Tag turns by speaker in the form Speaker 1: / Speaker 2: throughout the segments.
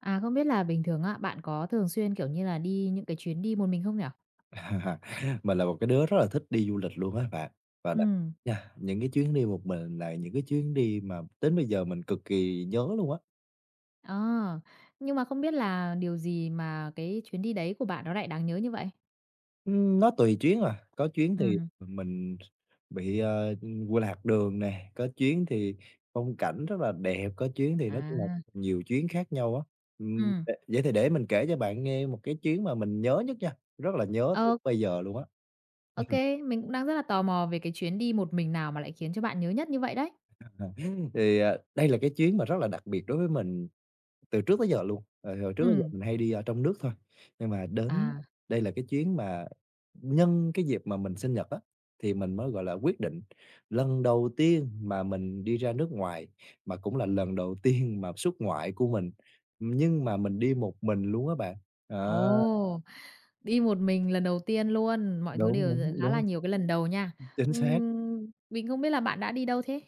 Speaker 1: À, không biết là bình thường á, bạn có thường xuyên, kiểu như là, đi những cái chuyến đi một mình không nhỉ?
Speaker 2: À, mình là một cái đứa rất là thích đi du lịch luôn á bạn, và đặc
Speaker 1: Ừm.
Speaker 2: nha, những cái chuyến đi một mình là những cái chuyến đi mà đến bây giờ mình cực kỳ nhớ luôn á.
Speaker 1: Ờ, nhưng mà không biết là điều gì mà cái chuyến đi đấy của bạn nó lại đáng nhớ như vậy?
Speaker 2: Nó tùy chuyến à, có chuyến thì
Speaker 1: Ừm.
Speaker 2: mình bị, quên lạc đường nè, có chuyến thì phong cảnh rất là đẹp, có chuyến thì nói chung là
Speaker 1: À.
Speaker 2: nhiều chuyến khác nhau á.
Speaker 1: Ừm.
Speaker 2: Vậy vậy thì để mình kể cho bạn nghe một cái chuyến mà mình nhớ nhất nha, rất là nhớ tới bây giờ luôn á.
Speaker 1: Ô kê, mình cũng đang rất là tò mò về cái chuyến đi một mình nào mà lại khiến cho bạn nhớ nhất như vậy đấy?
Speaker 2: Thì, à, đây là cái chuyến mà rất là đặc biệt đối với mình. Từ trước tới giờ luôn, hồi trước tới giờ
Speaker 1: Ừm.
Speaker 2: mình hay đi ở trong nước thôi, nhưng mà đến
Speaker 1: À,
Speaker 2: đây là cái chuyến mà nhân cái dịp mà mình sinh nhật á, thì mình mới, gọi là, quyết định lần đầu tiên mà mình đi ra nước ngoài, mà cũng là lần đầu tiên mà xuất ngoại của mình, nhưng mà mình đi một mình luôn á bạn. Ờ,
Speaker 1: ồ, đi một mình lần đầu tiên luôn, mọi thứ
Speaker 2: đúng,
Speaker 1: đều
Speaker 2: đúng,
Speaker 1: khá là
Speaker 2: đúng,
Speaker 1: nhiều cái lần đầu nha.
Speaker 2: chính xác.
Speaker 1: Mình không biết là bạn đã đi đâu thế?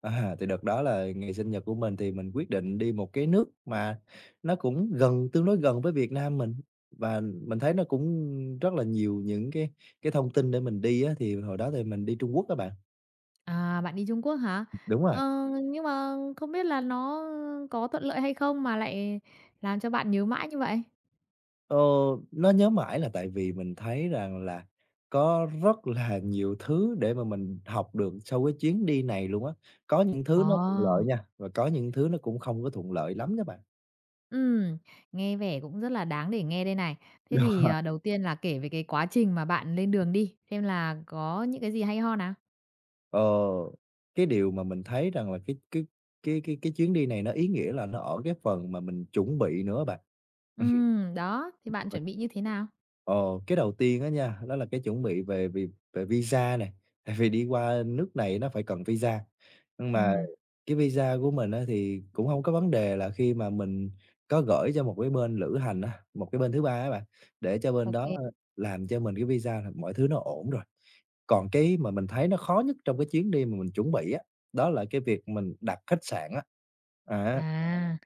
Speaker 2: À, thì đợt đó là ngày sinh nhật của mình thì mình quyết định đi một cái nước mà nó cũng gần tương đối gần với Việt Nam mình, và mình thấy nó cũng rất là nhiều những cái thông tin để mình đi á, thì hồi đó thì mình đi Trung Quốc các bạn.
Speaker 1: À, bạn đi Trung Quốc hả?
Speaker 2: Đúng rồi.
Speaker 1: Ờ, nhưng mà không biết là nó có thuận lợi hay không mà lại làm cho bạn nhớ mãi như vậy?
Speaker 2: Ờ, nó nhớ mãi là tại vì mình thấy rằng là có rất là nhiều thứ để mà mình học được sau cái chuyến đi này luôn á. Có những thứ nó thuận lợi
Speaker 1: Ồ,
Speaker 2: nha, và có những thứ nó cũng không có thuận lợi lắm đó bạn.
Speaker 1: ừm, nghe vẻ cũng rất là đáng để nghe đây này. Thế thì, à, đầu tiên là kể về cái quá trình mà bạn lên đường đi, xem là có những cái gì hay ho nào?
Speaker 2: Ờ, cái điều mà mình thấy rằng là cái chuyến đi này nó ý nghĩa là nó ở cái phần mà mình chuẩn bị nữa bạn.
Speaker 1: Ừ, đó, thì bạn
Speaker 2: Mình
Speaker 1: chuẩn bị như thế nào?
Speaker 2: ờ, cái đầu tiên á nha, đó là cái chuẩn bị về về visa này tại vì đi qua nước này nó phải cần visa. Nhưng
Speaker 1: Ừ,
Speaker 2: mà cái visa của mình á thì cũng không có vấn đề là khi mà mình có gửi cho một cái bên lữ hành á, một cái bên thứ ba á bạn, để cho bên
Speaker 1: ok.
Speaker 2: đó, làm cho mình cái visa là mọi thứ nó ổn rồi. Còn cái mà mình thấy nó khó nhất trong cái chuyến đi mà mình chuẩn bị á, đó là cái việc mình đặt khách sạn á. À,
Speaker 1: À,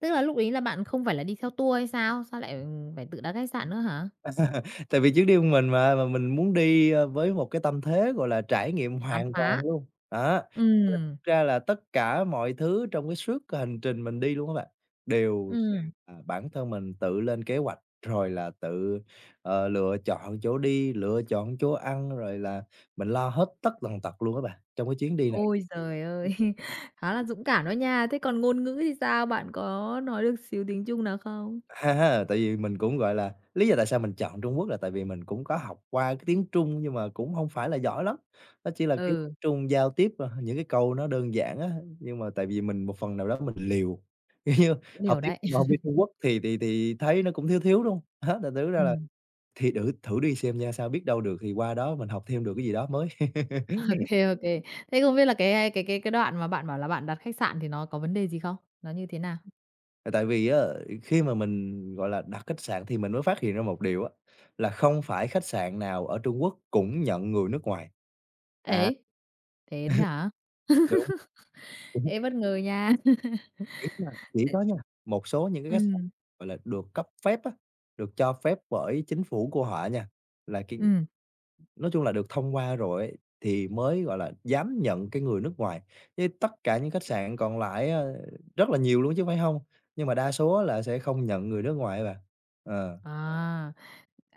Speaker 1: tức là lúc ấy là bạn không phải là đi theo tour hay sao? Sao lại phải tự đặt khách sạn nữa hả?
Speaker 2: tại vì chuyến đi của mình mà mình muốn đi, với một cái tâm thế, gọi là, trải nghiệm
Speaker 1: Khám
Speaker 2: hoàn toàn
Speaker 1: phá.
Speaker 2: luôn á.
Speaker 1: Ừ,
Speaker 2: Thực ra là tất cả mọi thứ trong cái suốt cái hành trình mình đi luôn các bạn, đều sẽ
Speaker 1: ừ.
Speaker 2: là bản thân mình tự lên kế hoạch, rồi là tự, lựa chọn chỗ đi, lựa chọn chỗ ăn, rồi là mình lo hết tất tần tật luôn các bạn, trong cái chuyến đi này.
Speaker 1: Ôi giời ơi! Khá là dũng cảm đó nha. Thế còn ngôn ngữ thì sao? Bạn có nói được xíu tiếng Trung nào không?
Speaker 2: Ha ha, tại vì mình cũng, gọi là, lý do tại sao mình chọn Trung Quốc là tại vì mình cũng có học qua cái tiếng Trung nhưng mà cũng hông phải là giỏi lắm. Nó chỉ là cái tiếng
Speaker 1: Ừ,
Speaker 2: Trung giao tiếp, những cái câu nó đơn giản á, nhưng mà tại vì mình một phần nào đó mình liều, kiểu như,
Speaker 1: cũng
Speaker 2: học
Speaker 1: hiểu
Speaker 2: tiếng
Speaker 1: đấy.
Speaker 2: Trung mà hông biết Trung Quốc thì thấy nó cũng thiếu thiếu, đúng hông? Á, thành thử ra
Speaker 1: Ừ,
Speaker 2: là thì thử đi xem nha, sao biết đâu được thì qua đó mình học thêm được cái gì đó mới.
Speaker 1: ok ok. Thế không biết là cái đoạn mà bạn bảo là bạn đặt khách sạn thì nó có vấn đề gì không? Nó như thế nào?
Speaker 2: Là tại vì á, khi mà mình, gọi là, đặt khách sạn thì mình mới phát hiện ra một điều á, là không phải khách sạn nào ở Trung Quốc cũng nhận người nước ngoài. À,
Speaker 1: Ế. Thế đấy hả?
Speaker 2: đúng, đúng,
Speaker 1: Ê, bất ngờ nha!
Speaker 2: ý là chỉ có nha, một số những cái khách sạn,
Speaker 1: Ừ,
Speaker 2: gọi là, được cấp phép á, được cho phép bởi chính phủ của họ nha, là cái
Speaker 1: ừ.
Speaker 2: nói chung là được thông qua rồi ấy, thì mới, gọi là, dám nhận cái người nước ngoài. Chứ tất cả những khách sạn còn lại á, rất là nhiều luôn chứ phải hông, nhưng mà đa số á là sẽ không nhận người nước ngoài á bạn. Ờ,
Speaker 1: À,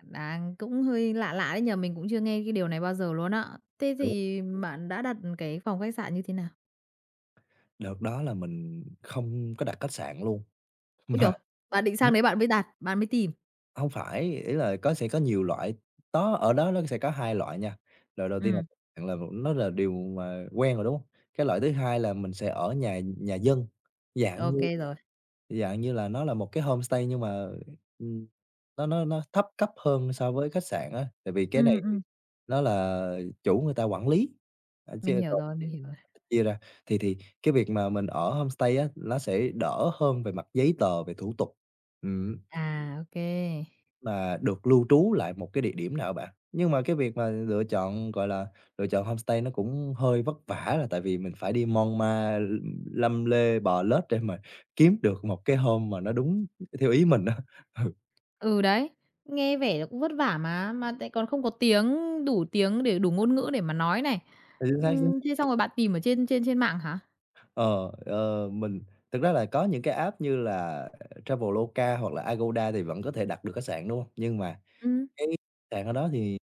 Speaker 1: đang cũng hơi lạ lạ đấy nhờ mình cũng chưa nghe cái điều này bao giờ luôn á. Thế
Speaker 2: đúng.
Speaker 1: thì bạn đã đặt cái phòng khách sạn như thế nào?
Speaker 2: Đợt đó là mình không có đặt khách sạn luôn,
Speaker 1: Ôi
Speaker 2: mà
Speaker 1: trời! Bạn định
Speaker 2: Ủa?
Speaker 1: sang đấy bạn mới đặt, bạn mới tìm?
Speaker 2: Hông phải, ý là có sẽ có nhiều loại, đó ở đó nó sẽ có 2 loại nha. Loại đầu tiên là
Speaker 1: Ừm,
Speaker 2: khách sạn là nó là điều mà quen rồi, đúng hông? Cái loại thứ hai là mình sẽ ở nhà nhà dân,
Speaker 1: ô
Speaker 2: dạng như
Speaker 1: kê rồi.
Speaker 2: dạng như là nó là một cái homestay nhưng mà, ừm, nó thấp cấp hơn so với khách sạn á, tại vì cái
Speaker 1: Ừm,
Speaker 2: này
Speaker 1: ừm,
Speaker 2: nó là chủ người ta quản lý,
Speaker 1: mình
Speaker 2: chứ
Speaker 1: hiểu rồi, mình hiểu rồi.
Speaker 2: Chia ra, thì cái việc mà mình ở homestay á, nó sẽ đỡ hơn về mặt giấy tờ, về thủ tục, ừm,
Speaker 1: À, ô kê.
Speaker 2: mà được lưu trú lại một cái địa điểm nào bạn. Nhưng mà cái việc mà lựa chọn, gọi là, lựa chọn homestay nó cũng hơi vất vả là tại vì mình phải đi mon ma, lăm lê bò lết để mà kiếm được một cái home mà nó đúng theo ý mình á.
Speaker 1: Ừ, đấy, nghe vẻ là cũng vất vả mà lại còn không có tiếng, đủ tiếng để đủ ngôn ngữ để mà nói này.
Speaker 2: Ừ, chính xác, chính
Speaker 1: Thế xong rồi bạn tìm ở trên trên trên mạng hả?
Speaker 2: Ờ, mình thực ra là có những cái app như là Traveloka hoặc là Agoda thì vẫn có thể đặt được khách sạn, đúng hông? Nhưng mà
Speaker 1: Ừm.
Speaker 2: cái sàn ở đó thì,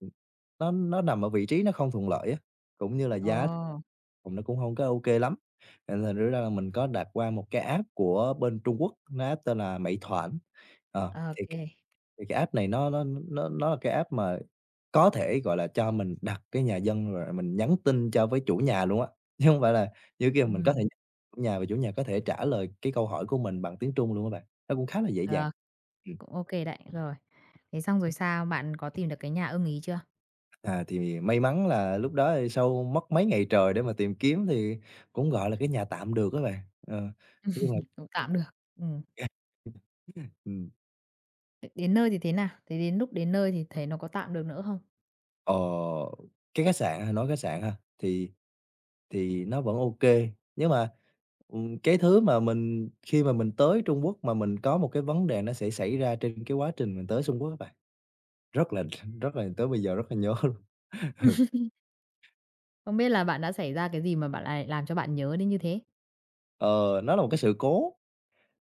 Speaker 2: nó nằm ở vị trí nó không thuận lợi á, cũng như là giá
Speaker 1: Ồ,
Speaker 2: phòng nó cũng hông có ô kê lắm, nên thành thử ra là mình có đặt qua một cái app của bên Trung Quốc, nó app tên là Meituan. Ờ,
Speaker 1: ô kê.
Speaker 2: thì cái app này nó là cái app mà có thể, gọi là, cho mình đặt cái nhà dân rồi mình nhắn tin cho với chủ nhà luôn á, chứ hông phải là như kia mình có thể
Speaker 1: Ừm,
Speaker 2: chủ nhà có thể trả lời cái câu hỏi của mình bằng tiếng Trung luôn á bạn, nó cũng khá là dễ dàng.
Speaker 1: được, cũng ô kê đấy, rồi. Thế xong rồi sao? Bạn có tìm được cái nhà ưng ý chưa?
Speaker 2: À, thì may mắn là lúc đó thì sau mất mấy ngày trời để mà tìm kiếm thì cũng, gọi là, cái nhà tạm được á bạn. Ờ, nói chung là
Speaker 1: Cũng tạm được. Ừm.
Speaker 2: ừm,
Speaker 1: Đến nơi thì thế nào? Thế đến lúc đến nơi thì thấy nó có tạm được nữa không?
Speaker 2: ờ, cái khách sạn ha, nói khách sạn ha, thì nó vẫn ok nhưng mà, cái thứ mà mình khi mà mình tới Trung Quốc mà mình có một cái vấn đề nó sẽ xảy ra trên cái quá trình mình tới Trung Quốc các bạn, rất là rất là tới bây giờ rất là nhớ luôn.
Speaker 1: Không biết là bạn đã xảy ra cái gì mà bạn lại làm cho bạn nhớ đến như thế?
Speaker 2: Ờ, nó là một cái sự cố.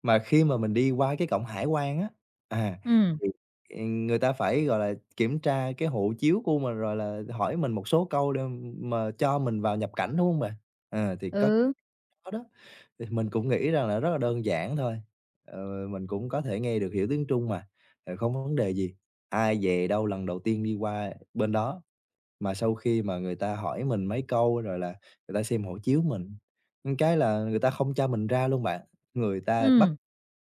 Speaker 2: Mà khi mà mình đi qua cái cổng hải quan á, à,
Speaker 1: Ừm,
Speaker 2: thì, người ta phải, gọi là, kiểm tra cái hộ chiếu của mình, rồi là hỏi mình một số câu để mà cho mình vào nhập cảnh, đúng hông bạn? Ờ, thì có cái
Speaker 1: ừ,
Speaker 2: đó đó, thì mình cũng nghĩ rằng là rất là đơn giản thôi, mình cũng có thể nghe được, hiểu tiếng Trung mà, không có vấn đề gì. Ai dè đâu lần đầu tiên đi qua bên đó, mà sau khi mà người ta hỏi mình mấy câu, rồi là người ta xem hộ chiếu mình, cái là người ta không cho mình ra luôn bạn, người ta bắt
Speaker 1: ừm.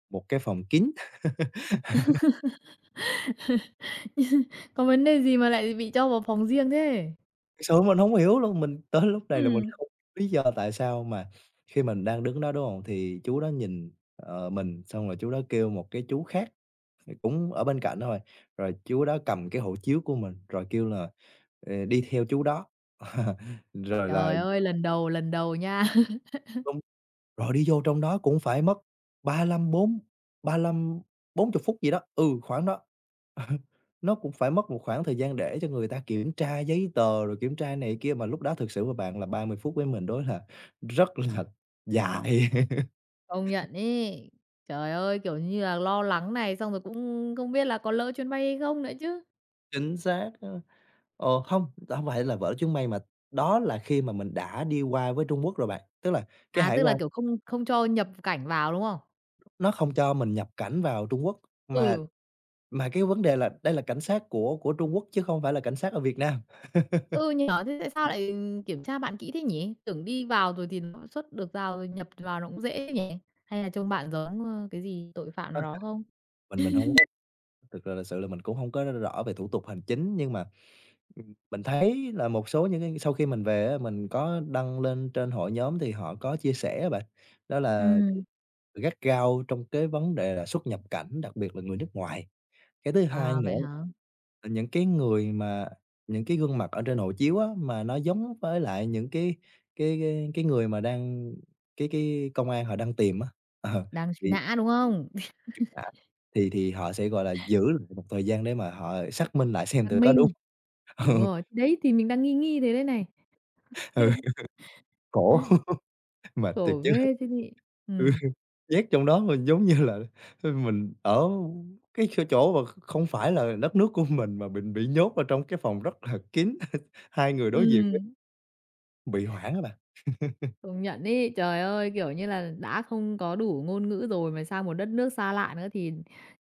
Speaker 2: một cái phòng kín.
Speaker 1: Có vấn đề gì mà lại bị cho vào phòng riêng thế?
Speaker 2: Thực sự mình hông hiểu luôn, mình tới lúc này là mình
Speaker 1: Ừm.
Speaker 2: không lý do tại sao mà khi mình đang đứng đó, đúng hông? Thì chú đó nhìn, mình, xong rồi chú đó kêu một cái chú khác thì cũng ở bên cạnh thôi, rồi chú đó cầm cái hộ chiếu của mình, rồi kêu là, đi theo chú đó, rồi là
Speaker 1: Trời ơi, lần đầu nha.
Speaker 2: Rồi đi vô trong đó cũng phải mất ba lăm bốn ba lăm 40 phút gì đó, ừ, khoảng đó. Nó cũng phải mất một khoảng thời gian để cho người ta kiểm tra giấy tờ, rồi kiểm tra này kia, mà lúc đó thực sự mà bạn là 30 phút với mình đối là rất là dài.
Speaker 1: Công nhận ấy. Trời ơi, kiểu như là, lo lắng này, xong rồi cũng không biết là có lỡ chuyến bay hay không nữa chứ.
Speaker 2: Chính xác, không, hông, hông phải là vở chuyến bay mà đó là khi mà mình đã đi qua với Trung Quốc rồi bạn. Tức là cái
Speaker 1: À,
Speaker 2: hải
Speaker 1: tức là,
Speaker 2: quan
Speaker 1: kiểu, không không cho nhập cảnh vào, đúng không?
Speaker 2: nó không cho mình nhập cảnh vào Trung Quốc, mà
Speaker 1: Ừ,
Speaker 2: mà cái vấn đề là đây là cảnh sát của Trung Quốc chứ không phải là cảnh sát ở Việt Nam.
Speaker 1: ừ, nhỏ. Thế tại sao lại kiểm tra bạn kỹ thế nhỉ? Tưởng đi vào rồi thì nó xuất được vào rồi nhập vào nó cũng dễ nhỉ? Hay là trông bạn giống, cái gì tội phạm
Speaker 2: Ơ,
Speaker 1: nào đó không?
Speaker 2: mình hông có thực ra thực sự là mình cũng hông có rõ về thủ tục hành chính, nhưng mà, mình thấy là một số những cái sau khi mình về á, mình có đăng lên trên hội nhóm thì họ có chia sẻ á bạn, đó là
Speaker 1: Ừ,
Speaker 2: gắt gao trong cái vấn đề là xuất nhập cảnh, đặc biệt là người nước ngoài. Cái thứ hai
Speaker 1: à, vậy
Speaker 2: nữa
Speaker 1: hả?
Speaker 2: là những cái người mà những cái gương mặt ở trên hộ chiếu á, mà nó giống với lại những cái người mà đang cái công an họ đang tìm á. Ờ,
Speaker 1: Đang truy
Speaker 2: vì
Speaker 1: nã, đúng không?
Speaker 2: À, thì họ sẽ, gọi là, giữ lại một thời gian để mà họ xác minh lại xem
Speaker 1: Xác
Speaker 2: thử có đúng.
Speaker 1: minh, đúng
Speaker 2: Ừ,
Speaker 1: rồi, thì đấy, thì mình đang nghi nghi thế đây này.
Speaker 2: ừ, khổ. Mệt thiệt
Speaker 1: Khổ
Speaker 2: chứ,
Speaker 1: ghê chứ nhỉ?
Speaker 2: ừ,
Speaker 1: Ừm,
Speaker 2: nhét trong đó mình giống như là, mình ở cái chỗ chỗ mà không phải là đất nước của mình mà mình bị nhốt ở trong cái phòng rất là kín, hai người đối diện với
Speaker 1: ừm,
Speaker 2: bị hoảng á bạn.
Speaker 1: công nhận ấy. Trời ơi, kiểu như là, đã không có đủ ngôn ngữ rồi mà sang một đất nước xa lạ nữa thì,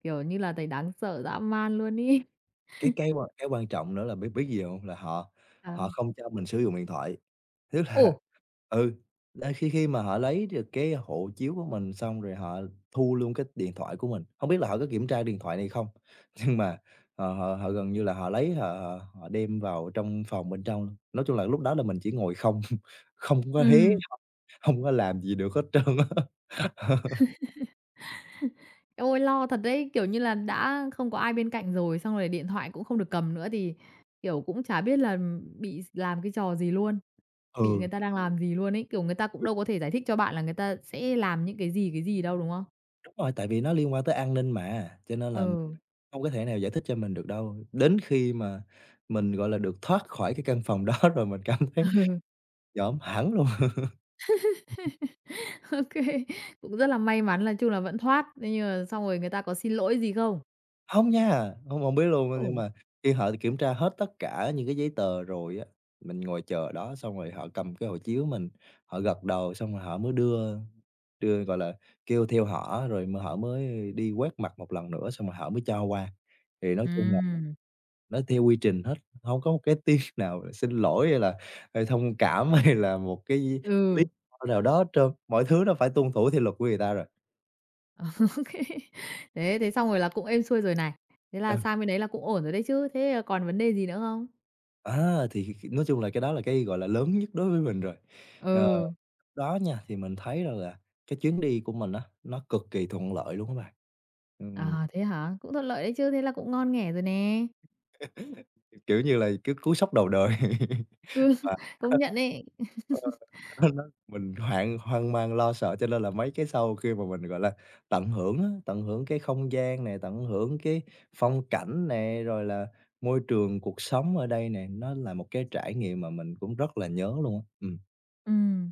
Speaker 1: kiểu như là, thấy đáng sợ dã man luôn ấy.
Speaker 2: Cái quan trọng nữa là biết biết gì hông? Là họ họ
Speaker 1: À.
Speaker 2: không cho mình sử dụng điện thoại, tức là
Speaker 1: Ồ,
Speaker 2: ừ, là khi khi mà họ lấy được cái hộ chiếu của mình xong rồi họ thu luôn cái điện thoại của mình. Hông biết là họ có kiểm tra điện thoại này không? Nhưng mà họ họ họ gần như là họ lấy họ họ họ đem vào trong phòng bên trong luôn. Nói chung là lúc đó là mình chỉ ngồi không, không có
Speaker 1: ừm,
Speaker 2: h hông có làm gì được hết trơn á.
Speaker 1: eo ôi, lo thật đấy, kiểu như là, đã không có ai bên cạnh rồi, xong rồi điện thoại cũng không được cầm nữa thì, kiểu, cũng chả biết là bị làm cái trò gì luôn. Bị người
Speaker 2: Ừ,
Speaker 1: ta đang làm gì luôn ấy, kiểu, người ta cũng
Speaker 2: ừ,
Speaker 1: đâu có thể giải thích cho bạn là người ta sẽ làm những cái gì đâu, đúng không?
Speaker 2: đúng rồi, tại vì nó liên quan tới an ninh mà, cho nên là
Speaker 1: Ừ,
Speaker 2: không có thể nào giải thích cho mình được đâu. Đến khi mà mình, gọi là, được thoát khỏi cái căn phòng đó rồi mình cảm thấy
Speaker 1: ừ,
Speaker 2: giỡn hẳn luôn.
Speaker 1: ô cũng rất là may mắn là chung là vẫn thoát, thế nhưng mà xong rồi người ta có xin lỗi gì không?
Speaker 2: Hông nha, hông hông biết luôn, nhưng
Speaker 1: Ổn.
Speaker 2: mà khi họ kiểm tra hết tất cả những cái giấy tờ rồi á, mình ngồi chờ ở đó xong rồi họ cầm cái hộ chiếu mình, họ gật đầu xong rồi họ mới đưa đưa, gọi là, kêu theo họ á, rồi họ mới đi quét mặt một lần nữa xong rồi họ mới cho qua. Thì nói chung,
Speaker 1: Ừm,
Speaker 2: nó theo quy trình hết, không có một cái tiếng nào là xin lỗi hay là, thông cảm hay là một cái lý
Speaker 1: ừ,
Speaker 2: do nào đó hết trơn, mọi thứ nó phải tuân thủ theo luật của người ta rồi.
Speaker 1: ok. Thế thế xong rồi là cũng êm xuôi rồi này, thế
Speaker 2: Ừ,
Speaker 1: là sang bên đấy là cũng ổn rồi đấy chứ, thế, còn vấn đề gì nữa không?
Speaker 2: á, thì khi nói chung là cái đó là cái, gọi là, lớn nhất đối với mình rồi. Ờ,
Speaker 1: Ừ,
Speaker 2: đó nha, thì mình thấy rằng là cái chuyến đi của mình á, nó cực kỳ thuận lợi luôn á bạn. Ừm,
Speaker 1: à, thế hả? Cũng thuận lợi đấy chứ, thế là cũng ngon nghẻ rồi nè.
Speaker 2: kiểu như là, cứ cú sốc đầu đời
Speaker 1: Ừ,
Speaker 2: mà.
Speaker 1: công nhận ấy.
Speaker 2: Nó mình hoang hoang mang lo sợ cho nên là mấy cái sau khi mà mình, gọi là, tận hưởng á, tận hưởng cái không gian này tận hưởng cái phong cảnh này rồi là môi trường cuộc sống ở đây nè, nó là một cái trải nghiệm mà mình cũng rất là nhớ luôn á. Ừm.
Speaker 1: Ừm,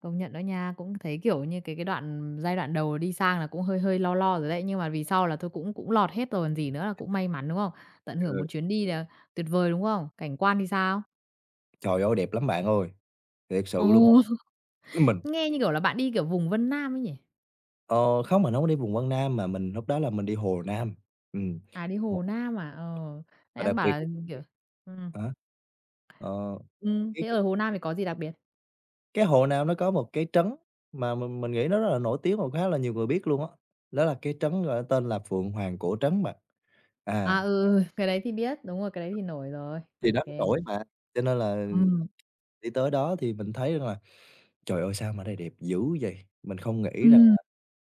Speaker 1: công nhận đó nha, cũng thấy, kiểu như, cái giai đoạn đầu đi sang là cũng hơi hơi lo lo rồi đấy, nhưng mà vì sau là thôi cũng cũng lọt hết rồi còn gì nữa, là cũng may mắn, đúng không? Tận hưởng
Speaker 2: Ừ.
Speaker 1: một chuyến đi là tuyệt vời, đúng không? Cảnh quan thì sao?
Speaker 2: Trời ơi, đẹp lắm bạn ơi, thiệt sự luôn á.
Speaker 1: Ồ,
Speaker 2: Chứ Mình
Speaker 1: nghe như kiểu là bạn đi, kiểu, vùng Vân Nam ấy nhỉ?
Speaker 2: ờ, không, mình hổng có đi vùng Vân Nam mà mình lúc đó là mình đi Hồ Nam. Ừm,
Speaker 1: À, đi
Speaker 2: một
Speaker 1: Hồ Nam à? Ờ,
Speaker 2: và
Speaker 1: nãy ông
Speaker 2: đặc
Speaker 1: bảo
Speaker 2: biệt
Speaker 1: là,
Speaker 2: á.
Speaker 1: kiểu, ừm,
Speaker 2: Hả? Ờ, cái
Speaker 1: thế ở Hồ Nam thì có gì đặc biệt?
Speaker 2: Cái hồ Nam nó có một cái trấn mà mình nghĩ nó rất là nổi tiếng và khá là nhiều người biết luôn á, đó là cái trấn, gọi là, tên là Phượng Hoàng Cổ Trấn bạn. À,
Speaker 1: À, ừ, ừ, cái đấy thì biết, đúng rồi, cái đấy thì nổi rồi.
Speaker 2: thì
Speaker 1: Ok
Speaker 2: đó nó
Speaker 1: kê.
Speaker 2: nổi mà, cho nên là
Speaker 1: Ừm,
Speaker 2: đi tới đó thì mình thấy rằng là "Trời ơi, sao mà đây đẹp dữ vậy?" Mình không nghĩ rằng là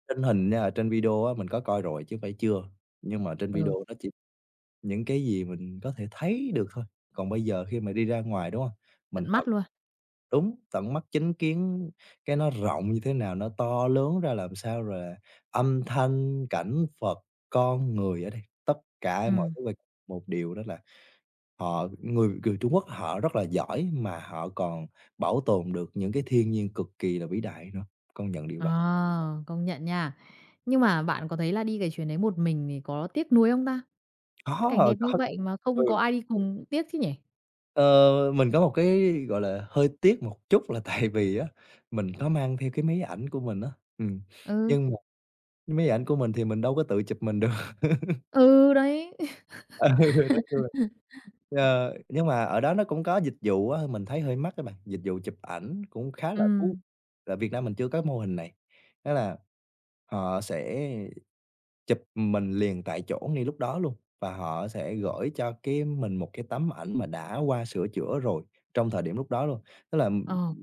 Speaker 2: trên hình nha, trên video á mình có coi rồi chứ phải chưa, nhưng mà trên video
Speaker 1: ừ,
Speaker 2: nó chỉ những cái gì mình có thể thấy được thôi. Còn bây giờ khi mà đi ra ngoài, đúng hông?
Speaker 1: tận
Speaker 2: Mình tập
Speaker 1: mắt luôn.
Speaker 2: Đúng, tận mắt chứng kiến cái nó rộng như thế nào, nó to lớn ra làm sao, rồi là âm thanh, cảnh vật, con người ở đây, tất cả mọi
Speaker 1: Ừm.
Speaker 2: thứ về một điều đó là họ người người Trung Quốc họ rất là giỏi mà họ còn bảo tồn được những cái thiên nhiên cực kỳ là vĩ đại nữa, công nhận điều
Speaker 1: Ờ,
Speaker 2: đó.
Speaker 1: công nhận nha. Nhưng mà bạn có thấy là đi cái chuyến đấy một mình thì có tiếc nuối không ta? Cảnh đẹp như
Speaker 2: Có,
Speaker 1: vậy mà
Speaker 2: ừ.
Speaker 1: không có ai đi cùng cũng tiếc chứ nhỉ?
Speaker 2: Ờ, mình có một cái, gọi là, hơi tiếc một chút là tại vì á, mình có mang theo cái máy ảnh của mình á, ừm,
Speaker 1: Ừ,
Speaker 2: nhưng mà cái máy ảnh của mình thì mình đâu có tự chụp mình được.
Speaker 1: ừ, đấy.
Speaker 2: Ừ, nói chung là nhưng mà ở đó nó cũng có dịch vụ á, mình thấy hơi mắc á bạn, dịch vụ chụp ảnh cũng khá là
Speaker 1: Ừm,
Speaker 2: là Việt Nam mình chưa có mô hình này. Đó là họ sẽ chụp mình liền tại chỗ ngay lúc đó luôn, và họ sẽ gửi cho cái mình một cái tấm ảnh mà đã qua sửa chữa rồi trong thời điểm lúc đó luôn. Tức là,
Speaker 1: ờ,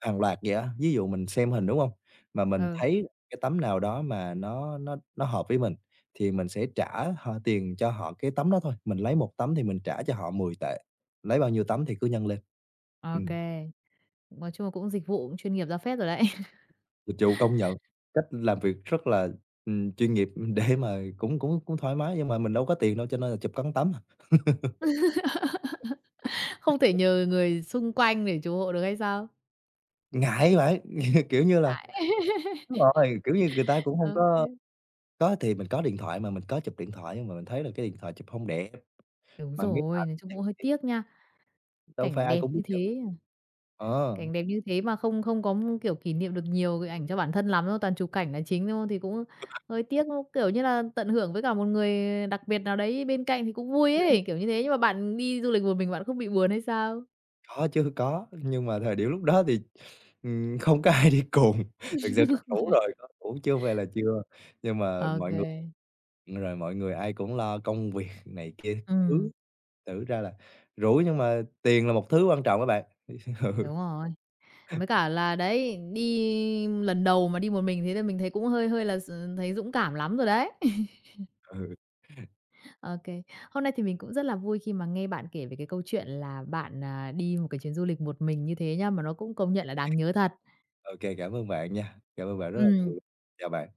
Speaker 2: hàng loạt vậy á, ví dụ mình xem hình, đúng không? Mà mình
Speaker 1: ừ,
Speaker 2: thấy cái tấm nào đó mà nó hợp với mình thì mình sẽ trả họ tiền cho họ cái tấm đó thôi, mình lấy một tấm thì mình trả cho họ 10 tệ, lấy bao nhiêu tấm thì cứ nhân lên.
Speaker 1: ô
Speaker 2: Ừm,
Speaker 1: nói chung là cũng dịch vụ cũng chuyên nghiệp ra phết rồi đấy.
Speaker 2: dịch vụ công nhận cách làm việc rất là, chuyên nghiệp, để mà cũng cũng cũng thoải mái, nhưng mà mình đâu có tiền đâu cho nên là chụp cắn tấm.
Speaker 1: Không thể nhờ người xung quanh để chủ hộ được hay sao?
Speaker 2: Ngại vậy. Kiểu như là
Speaker 1: Tại
Speaker 2: đúng rồi, kiểu như, người ta cũng không có.
Speaker 1: ô
Speaker 2: Có thì mình có điện thoại mà, mình có chụp điện thoại nhưng mà mình thấy là cái điện thoại chụp không đẹp,
Speaker 1: đúng
Speaker 2: mà máy
Speaker 1: rồi,
Speaker 2: ảnh
Speaker 1: nói chung cũng hơi
Speaker 2: thì
Speaker 1: tiếc nha.
Speaker 2: đâu phải
Speaker 1: Cảnh
Speaker 2: ai
Speaker 1: đẹp
Speaker 2: cũng biết
Speaker 1: như
Speaker 2: chụp.
Speaker 1: thế
Speaker 2: Ờ,
Speaker 1: Cảnh đẹp như thế mà không không có, kiểu, kỷ niệm được nhiều cái ảnh cho bản thân lắm, đâu toàn chụp cảnh là chính, thôi thì cũng hơi tiếc, đúng. Kiểu như là, tận hưởng với cả một người đặc biệt nào đấy bên cạnh thì cũng vui ấy, kiểu như thế. Nhưng mà bạn đi du lịch một mình bạn không bị buồn hay sao?
Speaker 2: có chứ, có, nhưng mà thời điểm lúc đó thì, không có ai đi cùng, thực sự có rủ rồi, có rủ chưa về là chưa. Nhưng mà
Speaker 1: Ok,
Speaker 2: mọi
Speaker 1: kê.
Speaker 2: người rồi mọi người ai cũng lo công việc này kia thứ, thử ra là rủ nhưng mà tiền là một thứ quan trọng các bạn.
Speaker 1: Đúng rồi. Mới cả là đấy, đi lần đầu mà đi một mình thế là mình thấy cũng hơi hơi là thấy dũng cảm lắm rồi đấy.
Speaker 2: Ừ.
Speaker 1: OK. Hôm nay thì mình cũng rất là vui khi mà nghe bạn kể về cái câu chuyện là bạn, à, đi một cái chuyến du lịch một mình như thế nhá, mà nó cũng công nhận là đáng nhớ thật.
Speaker 2: OK, cảm ơn bạn nha. Cảm ơn bạn rất là
Speaker 1: Ừm.
Speaker 2: nhiều. Chào bạn.